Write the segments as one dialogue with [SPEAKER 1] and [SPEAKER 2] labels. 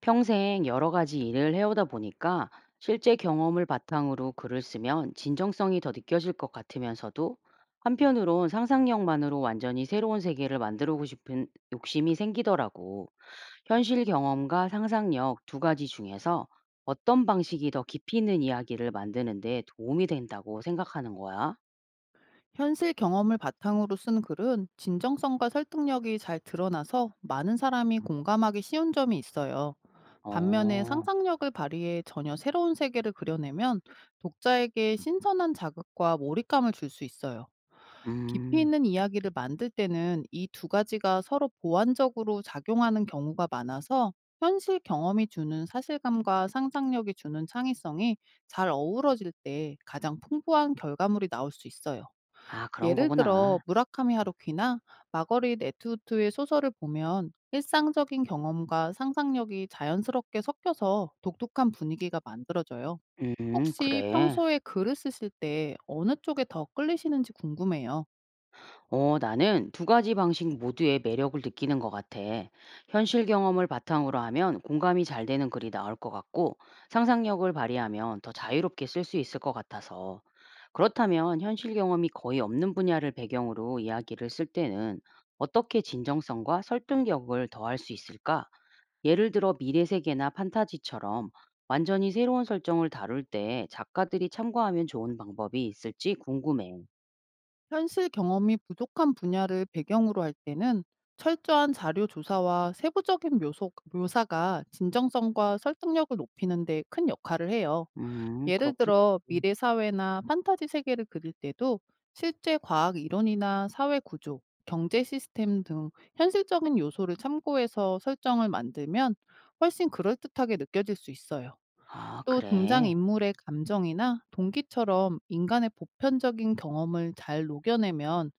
[SPEAKER 1] 평생 여러 가지 일을 해오다 보니까 실제 경험을 바탕으로 글을 쓰면 진정성이 더 느껴질 것 같으면서도 한편으론 상상력만으로 완전히 새로운 세계를 만들고 싶은 욕심이 생기더라고. 현실 경험과 상상력 두 가지 중에서 어떤 방식이 더 깊이 있는 이야기를 만드는데 도움이 된다고 생각하는 거야?
[SPEAKER 2] 현실 경험을 바탕으로 쓴 글은 진정성과 설득력이 잘 드러나서 많은 사람이 공감하기 쉬운 점이 있어요. 반면에
[SPEAKER 1] 어,
[SPEAKER 2] 상상력을 발휘해 전혀 새로운 세계를 그려내면 독자에게 신선한 자극과 몰입감을 줄 수 있어요. 깊이
[SPEAKER 1] 음,
[SPEAKER 2] 있는 이야기를 만들 때는 이 두 가지가 서로 보완적으로 작용하는 경우가 많아서, 현실 경험이 주는 사실감과 상상력이 주는 창의성이 잘 어우러질 때 가장 풍부한 결과물이 나올 수 있어요.
[SPEAKER 1] 아, 그런
[SPEAKER 2] 예를 들어
[SPEAKER 1] 거구나.
[SPEAKER 2] 무라카미 하루키나 마거릿 에투우트의 소설을 보면 일상적인 경험과 상상력이 자연스럽게 섞여서 독특한 분위기가 만들어져요. 혹시
[SPEAKER 1] 그래.
[SPEAKER 2] 평소에 글을 쓰실 때 어느 쪽에 더 끌리시는지 궁금해요.
[SPEAKER 1] 나는 두 가지 방식 모두의 매력을 느끼는 것 같아. 현실 경험을 바탕으로 하면 공감이 잘 되는 글이 나올 것 같고, 상상력을 발휘하면 더 자유롭게 쓸 수 있을 것 같아서. 그렇다면 현실 경험이 거의 없는 분야를 배경으로 이야기를 쓸 때는 어떻게 진정성과 설득력을 더할 수 있을까? 예를 들어 미래 세계나 판타지처럼 완전히 새로운 설정을 다룰 때 작가들이 참고하면 좋은 방법이 있을지 궁금해.
[SPEAKER 2] 현실 경험이 부족한 분야를 배경으로 할 때는 철저한 자료 조사와 세부적인 묘사가 진정성과 설득력을 높이는 데 큰 역할을 해요. 예를
[SPEAKER 1] 그렇군.
[SPEAKER 2] 들어 미래 사회나 판타지 세계를 그릴 때도 실제 과학 이론이나 사회 구조, 경제 시스템 등 현실적인 요소를 참고해서 설정을 만들면 훨씬 그럴듯하게 느껴질 수 있어요.
[SPEAKER 1] 아
[SPEAKER 2] 또 등장
[SPEAKER 1] 그래.
[SPEAKER 2] 인물의 감정이나 동기처럼 인간의 보편적인 경험을 잘 녹여내면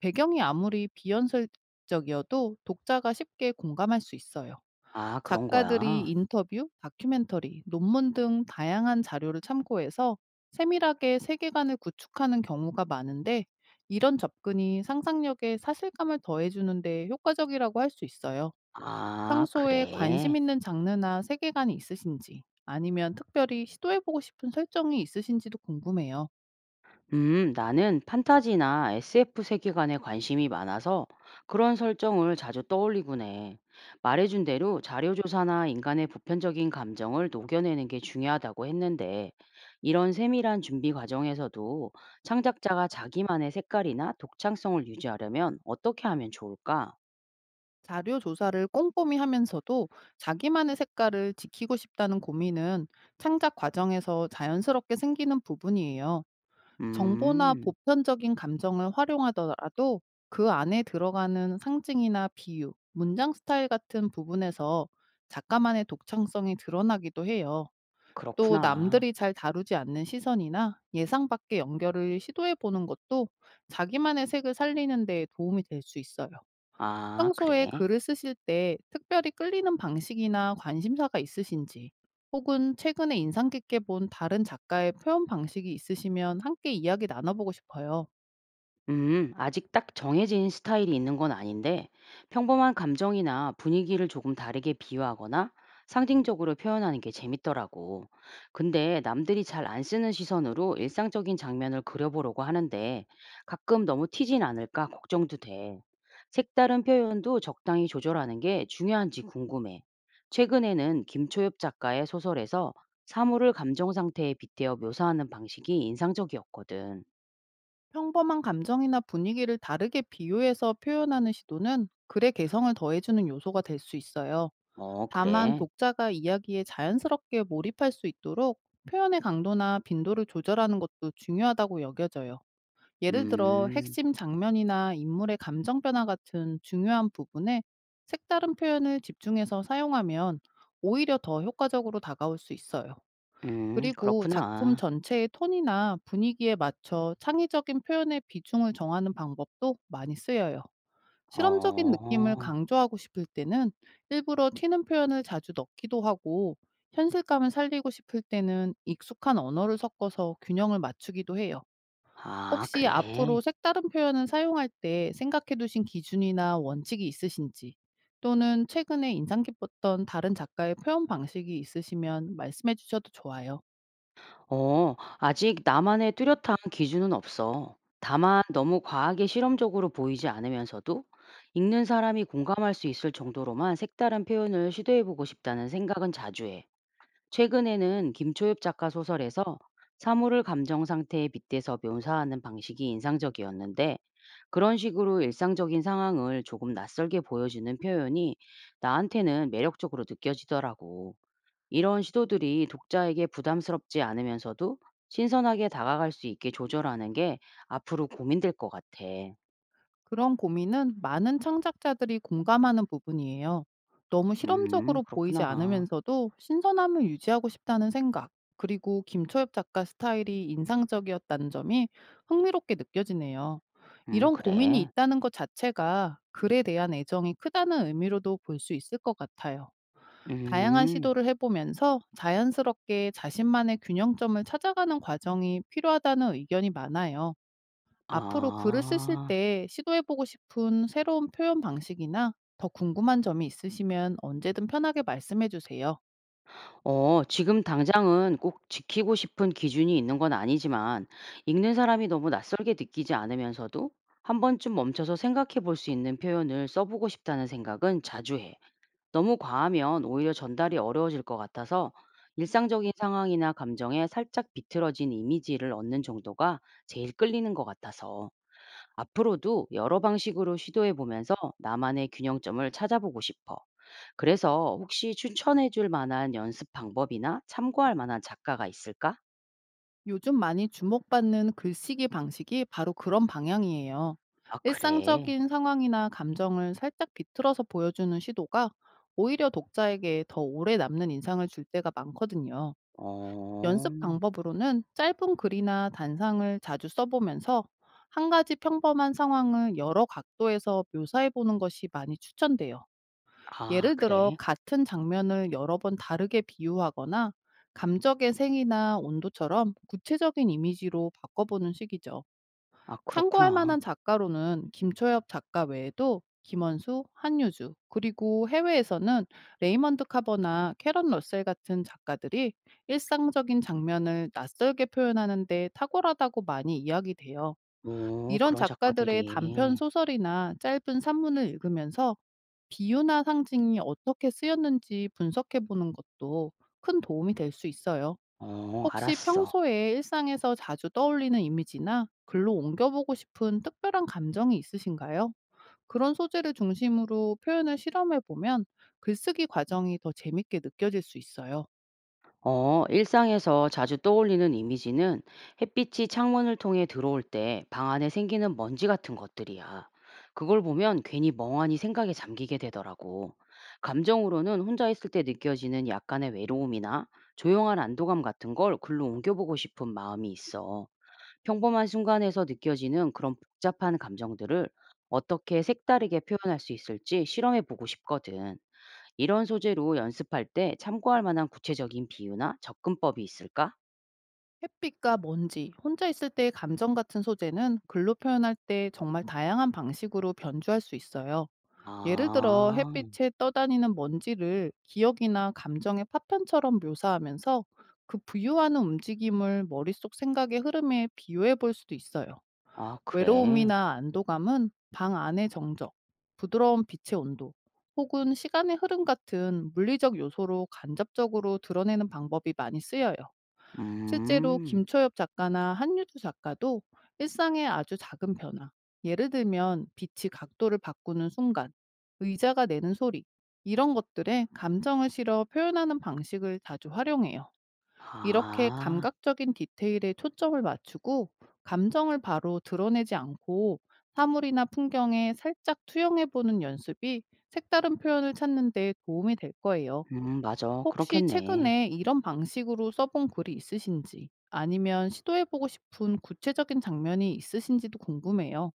[SPEAKER 2] 배경이 아무리 비현실적이어도 독자가 쉽게 공감할 수 있어요.
[SPEAKER 1] 아 그런
[SPEAKER 2] 작가들이
[SPEAKER 1] 거야.
[SPEAKER 2] 인터뷰, 다큐멘터리, 논문 등 다양한 자료를 참고해서 세밀하게 세계관을 구축하는 경우가 많은데, 이런 접근이 상상력에 사실감을 더해주는데 효과적이라고 할 수 있어요.
[SPEAKER 1] 아
[SPEAKER 2] 평소에 관심
[SPEAKER 1] 그래.
[SPEAKER 2] 있는 장르나 세계관이 있으신지, 아니면 특별히 시도해보고 싶은 설정이 있으신지도 궁금해요.
[SPEAKER 1] 나는 판타지나 SF 세계관에 관심이 많아서 그런 설정을 자주 떠올리곤 해. 말해준 대로 자료 조사나 인간의 보편적인 감정을 녹여내는 게 중요하다고 했는데 이런 세밀한 준비 과정에서도 창작자가 자기만의 색깔이나 독창성을 유지하려면 어떻게 하면 좋을까?
[SPEAKER 2] 자료 조사를 꼼꼼히 하면서도 자기만의 색깔을 지키고 싶다는 고민은 창작 과정에서 자연스럽게 생기는 부분이에요. 정보나
[SPEAKER 1] 음
[SPEAKER 2] 보편적인 감정을 활용하더라도 그 안에 들어가는 상징이나 비유, 문장 스타일 같은 부분에서 작가만의 독창성이 드러나기도 해요. 또
[SPEAKER 1] 그렇구나.
[SPEAKER 2] 남들이 잘 다루지 않는 시선이나 예상 밖의 연결을 시도해 보는 것도 자기만의 색을 살리는 데 도움이 될 수 있어요.
[SPEAKER 1] 아
[SPEAKER 2] 평소에
[SPEAKER 1] 그래.
[SPEAKER 2] 글을 쓰실 때 특별히 끌리는 방식이나 관심사가 있으신지, 혹은 최근에 인상 깊게 본 다른 작가의 표현 방식이 있으시면 함께 이야기 나눠보고 싶어요.
[SPEAKER 1] 아직 딱 정해진 스타일이 있는 건 아닌데, 평범한 감정이나 분위기를 조금 다르게 비유하거나 상징적으로 표현하는 게 재밌더라고. 근데 남들이 잘 안 쓰는 시선으로 일상적인 장면을 그려보려고 하는데, 가끔 너무 튀진 않을까 걱정도 돼. 색다른 표현도 적당히 조절하는 게 중요한지 궁금해. 최근에는 김초엽 작가의 소설에서 사물을 감정 상태에 빗대어 묘사하는 방식이 인상적이었거든.
[SPEAKER 2] 평범한 감정이나 분위기를 다르게 비유해서 표현하는 시도는 글의 개성을 더해주는 요소가 될 수 있어요.
[SPEAKER 1] 어,
[SPEAKER 2] 다만
[SPEAKER 1] 그래.
[SPEAKER 2] 독자가 이야기에 자연스럽게 몰입할 수 있도록 표현의 강도나 빈도를 조절하는 것도 중요하다고 여겨져요. 예를 들어
[SPEAKER 1] 음.
[SPEAKER 2] 핵심 장면이나 인물의 감정 변화 같은 중요한 부분에 색다른 표현을 집중해서 사용하면 오히려 더 효과적으로 다가올 수 있어요.
[SPEAKER 1] 음.
[SPEAKER 2] 그리고 작품
[SPEAKER 1] 그렇구나.
[SPEAKER 2] 전체의 톤이나 분위기에 맞춰 창의적인 표현의 비중을 정하는 방법도 많이 쓰여요. 실험적인 느낌을
[SPEAKER 1] 어.
[SPEAKER 2] 강조하고 싶을 때는 일부러 튀는 표현을 자주 넣기도 하고, 현실감을 살리고 싶을 때는 익숙한 언어를 섞어서 균형을 맞추기도 해요.
[SPEAKER 1] 아
[SPEAKER 2] 혹시 앞으로
[SPEAKER 1] 그래.
[SPEAKER 2] 색다른 표현을 사용할 때 생각해 두신 기준이나 원칙이 있으신지, 또는 최근에 인상 깊었던 다른 작가의 표현 방식이 있으시면 말씀해 주셔도 좋아요.
[SPEAKER 1] 아직 나만의 뚜렷한 기준은 없어. 다만 너무 과하게 실험적으로 보이지 않으면서도 읽는 사람이 공감할 수 있을 정도로만 색다른 표현을 시도해 보고 싶다는 생각은 자주 해. 최근에는 김초엽 작가 소설에서 사물을 감정 상태에 빗대서 묘사하는 방식이 인상적이었는데 그런 식으로 일상적인 상황을 조금 낯설게 보여주는 표현이 나한테는 매력적으로 느껴지더라고. 이런 시도들이 독자에게 부담스럽지 않으면서도 신선하게 다가갈 수 있게 조절하는 게 앞으로 고민될 것 같아.
[SPEAKER 2] 그런 고민은 많은 창작자들이 공감하는 부분이에요. 너무 실험적으로 보이지
[SPEAKER 1] 그렇구나.
[SPEAKER 2] 않으면서도 신선함을 유지하고 싶다는 생각, 그리고 김초엽 작가 스타일이 인상적이었다는 점이 흥미롭게 느껴지네요. 이런 고민이
[SPEAKER 1] 그래.
[SPEAKER 2] 있다는 것 자체가 글에 대한 애정이 크다는 의미로도 볼 수 있을 것 같아요. 다양한
[SPEAKER 1] 음,
[SPEAKER 2] 시도를 해보면서 자연스럽게 자신만의 균형점을 찾아가는 과정이 필요하다는 의견이 많아요. 앞으로 글을 쓰실
[SPEAKER 1] 아.
[SPEAKER 2] 때 시도해 보고 싶은 새로운 표현 방식이나 더 궁금한 점이 있으시면 언제든 편하게 말씀해 주세요.
[SPEAKER 1] 지금 당장은 꼭 지키고 싶은 기준이 있는 건 아니지만, 읽는 사람이 너무 낯설게 느끼지 않으면서도 한 번쯤 멈춰서 생각해 볼 수 있는 표현을 써보고 싶다는 생각은 자주 해. 너무 과하면 오히려 전달이 어려워질 것 같아서 일상적인 상황이나 감정에 살짝 비틀어진 이미지를 얻는 정도가 제일 끌리는 것 같아서 앞으로도 여러 방식으로 시도해 보면서 나만의 균형점을 찾아보고 싶어. 그래서 혹시 추천해 줄 만한 연습 방법이나 참고할 만한 작가가 있을까?
[SPEAKER 2] 요즘 많이 주목받는 글쓰기 방식이 바로 그런 방향이에요.
[SPEAKER 1] 아 그래.
[SPEAKER 2] 일상적인 상황이나 감정을 살짝 비틀어서 보여주는 시도가 오히려 독자에게 더 오래 남는 인상을 줄 때가 많거든요.
[SPEAKER 1] 어.
[SPEAKER 2] 연습 방법으로는 짧은 글이나 단상을 자주 써보면서 한 가지 평범한 상황을 여러 각도에서 묘사해보는 것이 많이 추천돼요.
[SPEAKER 1] 아
[SPEAKER 2] 예를 들어
[SPEAKER 1] 그래?
[SPEAKER 2] 같은 장면을 여러 번 다르게 비유하거나 감정의 색이나 온도처럼 구체적인 이미지로 바꿔보는 식이죠.
[SPEAKER 1] 아
[SPEAKER 2] 참고할
[SPEAKER 1] 그렇구나.
[SPEAKER 2] 만한 작가로는 김초엽 작가 외에도 김원수, 한유주, 그리고 해외에서는 레이먼드 카버나 캐런 러셀 같은 작가들이 일상적인 장면을 낯설게 표현하는데 탁월하다고 많이 이야기돼요.
[SPEAKER 1] 오
[SPEAKER 2] 이런
[SPEAKER 1] 그런
[SPEAKER 2] 작가들의 단편
[SPEAKER 1] 작가들이.
[SPEAKER 2] 소설이나 짧은 산문을 읽으면서 비유나 상징이 어떻게 쓰였는지 분석해 보는 것도 큰 도움이 될 수 있어요.
[SPEAKER 1] 어
[SPEAKER 2] 혹시
[SPEAKER 1] 알았어.
[SPEAKER 2] 평소에 일상에서 자주 떠올리는 이미지나 글로 옮겨보고 싶은 특별한 감정이 있으신가요? 그런 소재를 중심으로 표현을 실험해 보면 글쓰기 과정이 더 재밌게 느껴질 수 있어요.
[SPEAKER 1] 일상에서 자주 떠올리는 이미지는 햇빛이 창문을 통해 들어올 때 방 안에 생기는 먼지 같은 것들이야. 그걸 보면 괜히 멍하니 생각에 잠기게 되더라고. 감정으로는 혼자 있을 때 느껴지는 약간의 외로움이나 조용한 안도감 같은 걸 글로 옮겨보고 싶은 마음이 있어. 평범한 순간에서 느껴지는 그런 복잡한 감정들을 어떻게 색다르게 표현할 수 있을지 실험해 보고 싶거든. 이런 소재로 연습할 때 참고할 만한 구체적인 비유나 접근법이 있을까?
[SPEAKER 2] 햇빛과 먼지, 혼자 있을 때의 감정 같은 소재는 글로 표현할 때 정말 다양한 방식으로 변주할 수 있어요. 예를 들어
[SPEAKER 1] 아.
[SPEAKER 2] 햇빛에 떠다니는 먼지를 기억이나 감정의 파편처럼 묘사하면서 그 부유하는 움직임을 머릿속 생각의 흐름에 비유해 볼 수도 있어요.
[SPEAKER 1] 아 그래.
[SPEAKER 2] 외로움이나 안도감은 방 안의 정적, 부드러운 빛의 온도, 혹은 시간의 흐름 같은 물리적 요소로 간접적으로 드러내는 방법이 많이 쓰여요. 실제로
[SPEAKER 1] 음.
[SPEAKER 2] 김초엽 작가나 한유주 작가도 일상의 아주 작은 변화, 예를 들면 빛이 각도를 바꾸는 순간, 의자가 내는 소리, 이런 것들에 감정을 실어 표현하는 방식을 자주 활용해요. 이렇게
[SPEAKER 1] 아.
[SPEAKER 2] 감각적인 디테일에 초점을 맞추고 감정을 바로 드러내지 않고 사물이나 풍경에 살짝 투영해 보는 연습이 색다른 표현을 찾는 데 도움이 될 거예요.
[SPEAKER 1] 맞아.
[SPEAKER 2] 혹시
[SPEAKER 1] 그렇겠네.
[SPEAKER 2] 최근에 이런 방식으로 써본 글이 있으신지, 아니면 시도해보고 싶은 구체적인 장면이 있으신지도 궁금해요.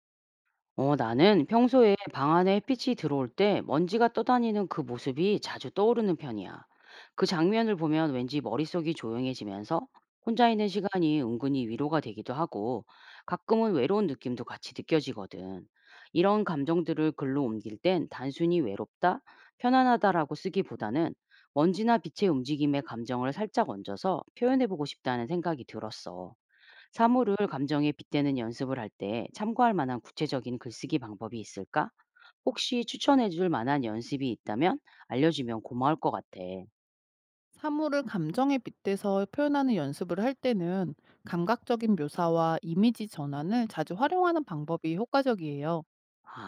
[SPEAKER 1] 나는 평소에 방 안에 햇빛이 들어올 때 먼지가 떠다니는 그 모습이 자주 떠오르는 편이야. 그 장면을 보면 왠지 머릿속이 조용해지면서 혼자 있는 시간이 은근히 위로가 되기도 하고 가끔은 외로운 느낌도 같이 느껴지거든. 이런 감정들을 글로 옮길 땐 단순히 외롭다, 편안하다라고 쓰기보다는 먼지나 빛의 움직임에 감정을 살짝 얹어서 표현해보고 싶다는 생각이 들었어. 사물을 감정에 빗대는 연습을 할 때 참고할 만한 구체적인 글쓰기 방법이 있을까? 혹시 추천해 줄 만한 연습이 있다면 알려주면 고마울 것 같아.
[SPEAKER 2] 사물을 감정에 빗대서 표현하는 연습을 할 때는 감각적인 묘사와 이미지 전환을 자주 활용하는 방법이 효과적이에요.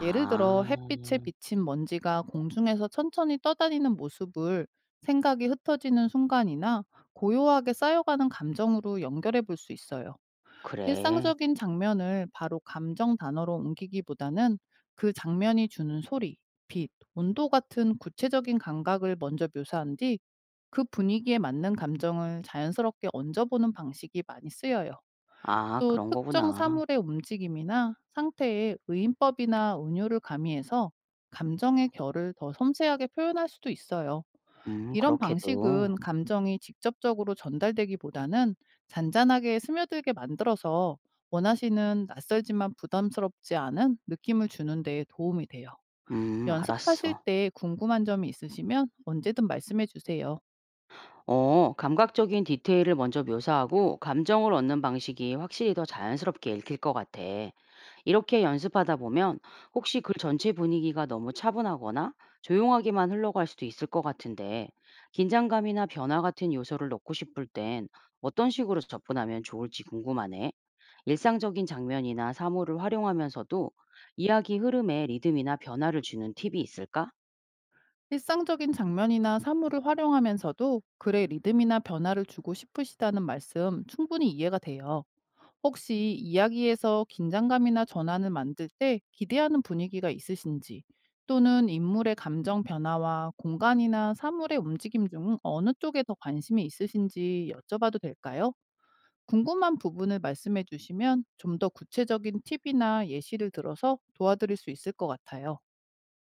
[SPEAKER 2] 예를 들어 햇빛에 비친 먼지가 공중에서 천천히 떠다니는 모습을 생각이 흩어지는 순간이나 고요하게 쌓여가는 감정으로 연결해 볼 수 있어요.
[SPEAKER 1] 그래.
[SPEAKER 2] 일상적인 장면을 바로 감정 단어로 옮기기보다는 그 장면이 주는 소리, 빛, 온도 같은 구체적인 감각을 먼저 묘사한 뒤 그 분위기에 맞는 감정을 자연스럽게 얹어보는 방식이 많이 쓰여요.
[SPEAKER 1] 아,
[SPEAKER 2] 또
[SPEAKER 1] 그런
[SPEAKER 2] 특정
[SPEAKER 1] 거구나.
[SPEAKER 2] 사물의 움직임이나 상태에 의인법이나 은유를 가미해서 감정의 결을 더 섬세하게 표현할 수도 있어요. 이런
[SPEAKER 1] 그렇게도.
[SPEAKER 2] 방식은 감정이 직접적으로 전달되기보다는 잔잔하게 스며들게 만들어서 원하시는 낯설지만 부담스럽지 않은 느낌을 주는 데 도움이 돼요. 연습하실
[SPEAKER 1] 알았어.
[SPEAKER 2] 때 궁금한 점이 있으시면 언제든 말씀해 주세요.
[SPEAKER 1] 감각적인 디테일을 먼저 묘사하고 감정을 얻는 방식이 확실히 더 자연스럽게 읽힐 것 같아. 이렇게 연습하다 보면 혹시 글 전체 분위기가 너무 차분하거나 조용하게만 흘러갈 수도 있을 것 같은데, 긴장감이나 변화 같은 요소를 넣고 싶을 땐 어떤 식으로 접근하면 좋을지 궁금하네. 일상적인 장면이나 사물을 활용하면서도 이야기 흐름에 리듬이나 변화를 주는 팁이 있을까?
[SPEAKER 2] 일상적인 장면이나 사물을 활용하면서도 글의 리듬이나 변화를 주고 싶으시다는 말씀 충분히 이해가 돼요. 혹시 이야기에서 긴장감이나 전환을 만들 때 기대하는 분위기가 있으신지, 또는 인물의 감정 변화와 공간이나 사물의 움직임 중 어느 쪽에 더 관심이 있으신지 여쭤봐도 될까요? 궁금한 부분을 말씀해 주시면 좀 더 구체적인 팁이나 예시를 들어서 도와드릴 수 있을 것 같아요.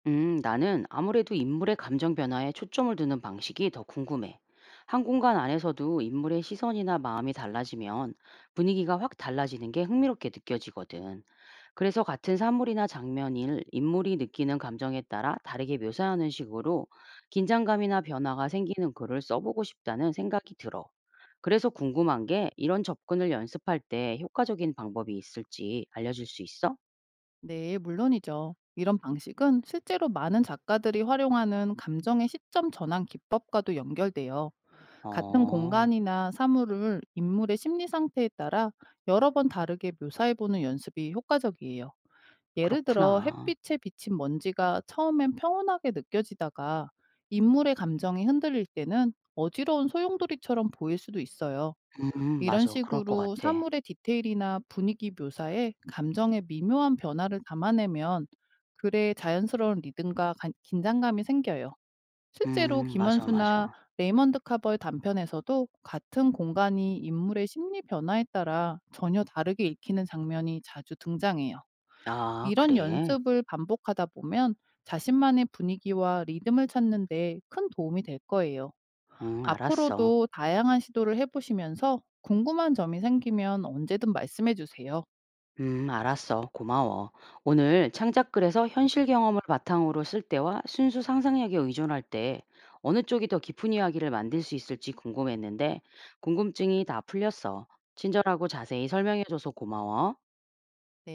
[SPEAKER 1] 나는 아무래도 인물의 감정 변화에 초점을 두는 방식이 더 궁금해. 한 공간 안에서도 인물의 시선이나 마음이 달라지면 분위기가 확 달라지는 게 흥미롭게 느껴지거든. 그래서 같은 사물이나 장면을 인물이 느끼는 감정에 따라 다르게 묘사하는 식으로 긴장감이나 변화가 생기는 글을 써보고 싶다는 생각이 들어. 그래서 궁금한 게 이런 접근을 연습할 때 효과적인 방법이 있을지 알려줄 수 있어?
[SPEAKER 2] 네, 물론이죠. 이런 방식은 실제로 많은 작가들이 활용하는 감정의 시점 전환 기법과도 연결돼요. 같은
[SPEAKER 1] 어,
[SPEAKER 2] 공간이나 사물을 인물의 심리 상태에 따라 여러 번 다르게 묘사해보는 연습이 효과적이에요. 예를 들어
[SPEAKER 1] 그렇구나.
[SPEAKER 2] 햇빛에 비친 먼지가 처음엔 평온하게 느껴지다가 인물의 감정이 흔들릴 때는 어지러운 소용돌이처럼 보일 수도 있어요. 이런
[SPEAKER 1] 맞아. 그럴 것
[SPEAKER 2] 식으로
[SPEAKER 1] 같아.
[SPEAKER 2] 사물의 디테일이나 분위기 묘사에 감정의 미묘한 변화를 담아내면 글에 자연스러운 리듬과 긴장감이 생겨요. 실제로 김원
[SPEAKER 1] 맞아,
[SPEAKER 2] 수나
[SPEAKER 1] 맞아.
[SPEAKER 2] 레이먼드 카버의 단편에서도 같은 공간이 인물의 심리 변화에 따라 전혀 다르게 읽히는 장면이 자주 등장해요.
[SPEAKER 1] 아
[SPEAKER 2] 이런
[SPEAKER 1] 그래?
[SPEAKER 2] 연습을 반복하다 보면 자신만의 분위기와 리듬을 찾는데 큰 도움이 될 거예요.
[SPEAKER 1] 응 알았어.
[SPEAKER 2] 앞으로도 다양한 시도를 해보시면서 궁금한 점이 생기면 언제든 말씀해 주세요.
[SPEAKER 1] 알았어. 고마워. 오늘 창작글에서 현실 경험을 바탕으로 쓸 때와 순수 상상력에 의존할 때 어느 쪽이 더 깊은 이야기를 만들 수 있을지 궁금했는데 궁금증이 다 풀렸어. 친절하고 자세히 설명해 줘서 고마워.
[SPEAKER 2] 네.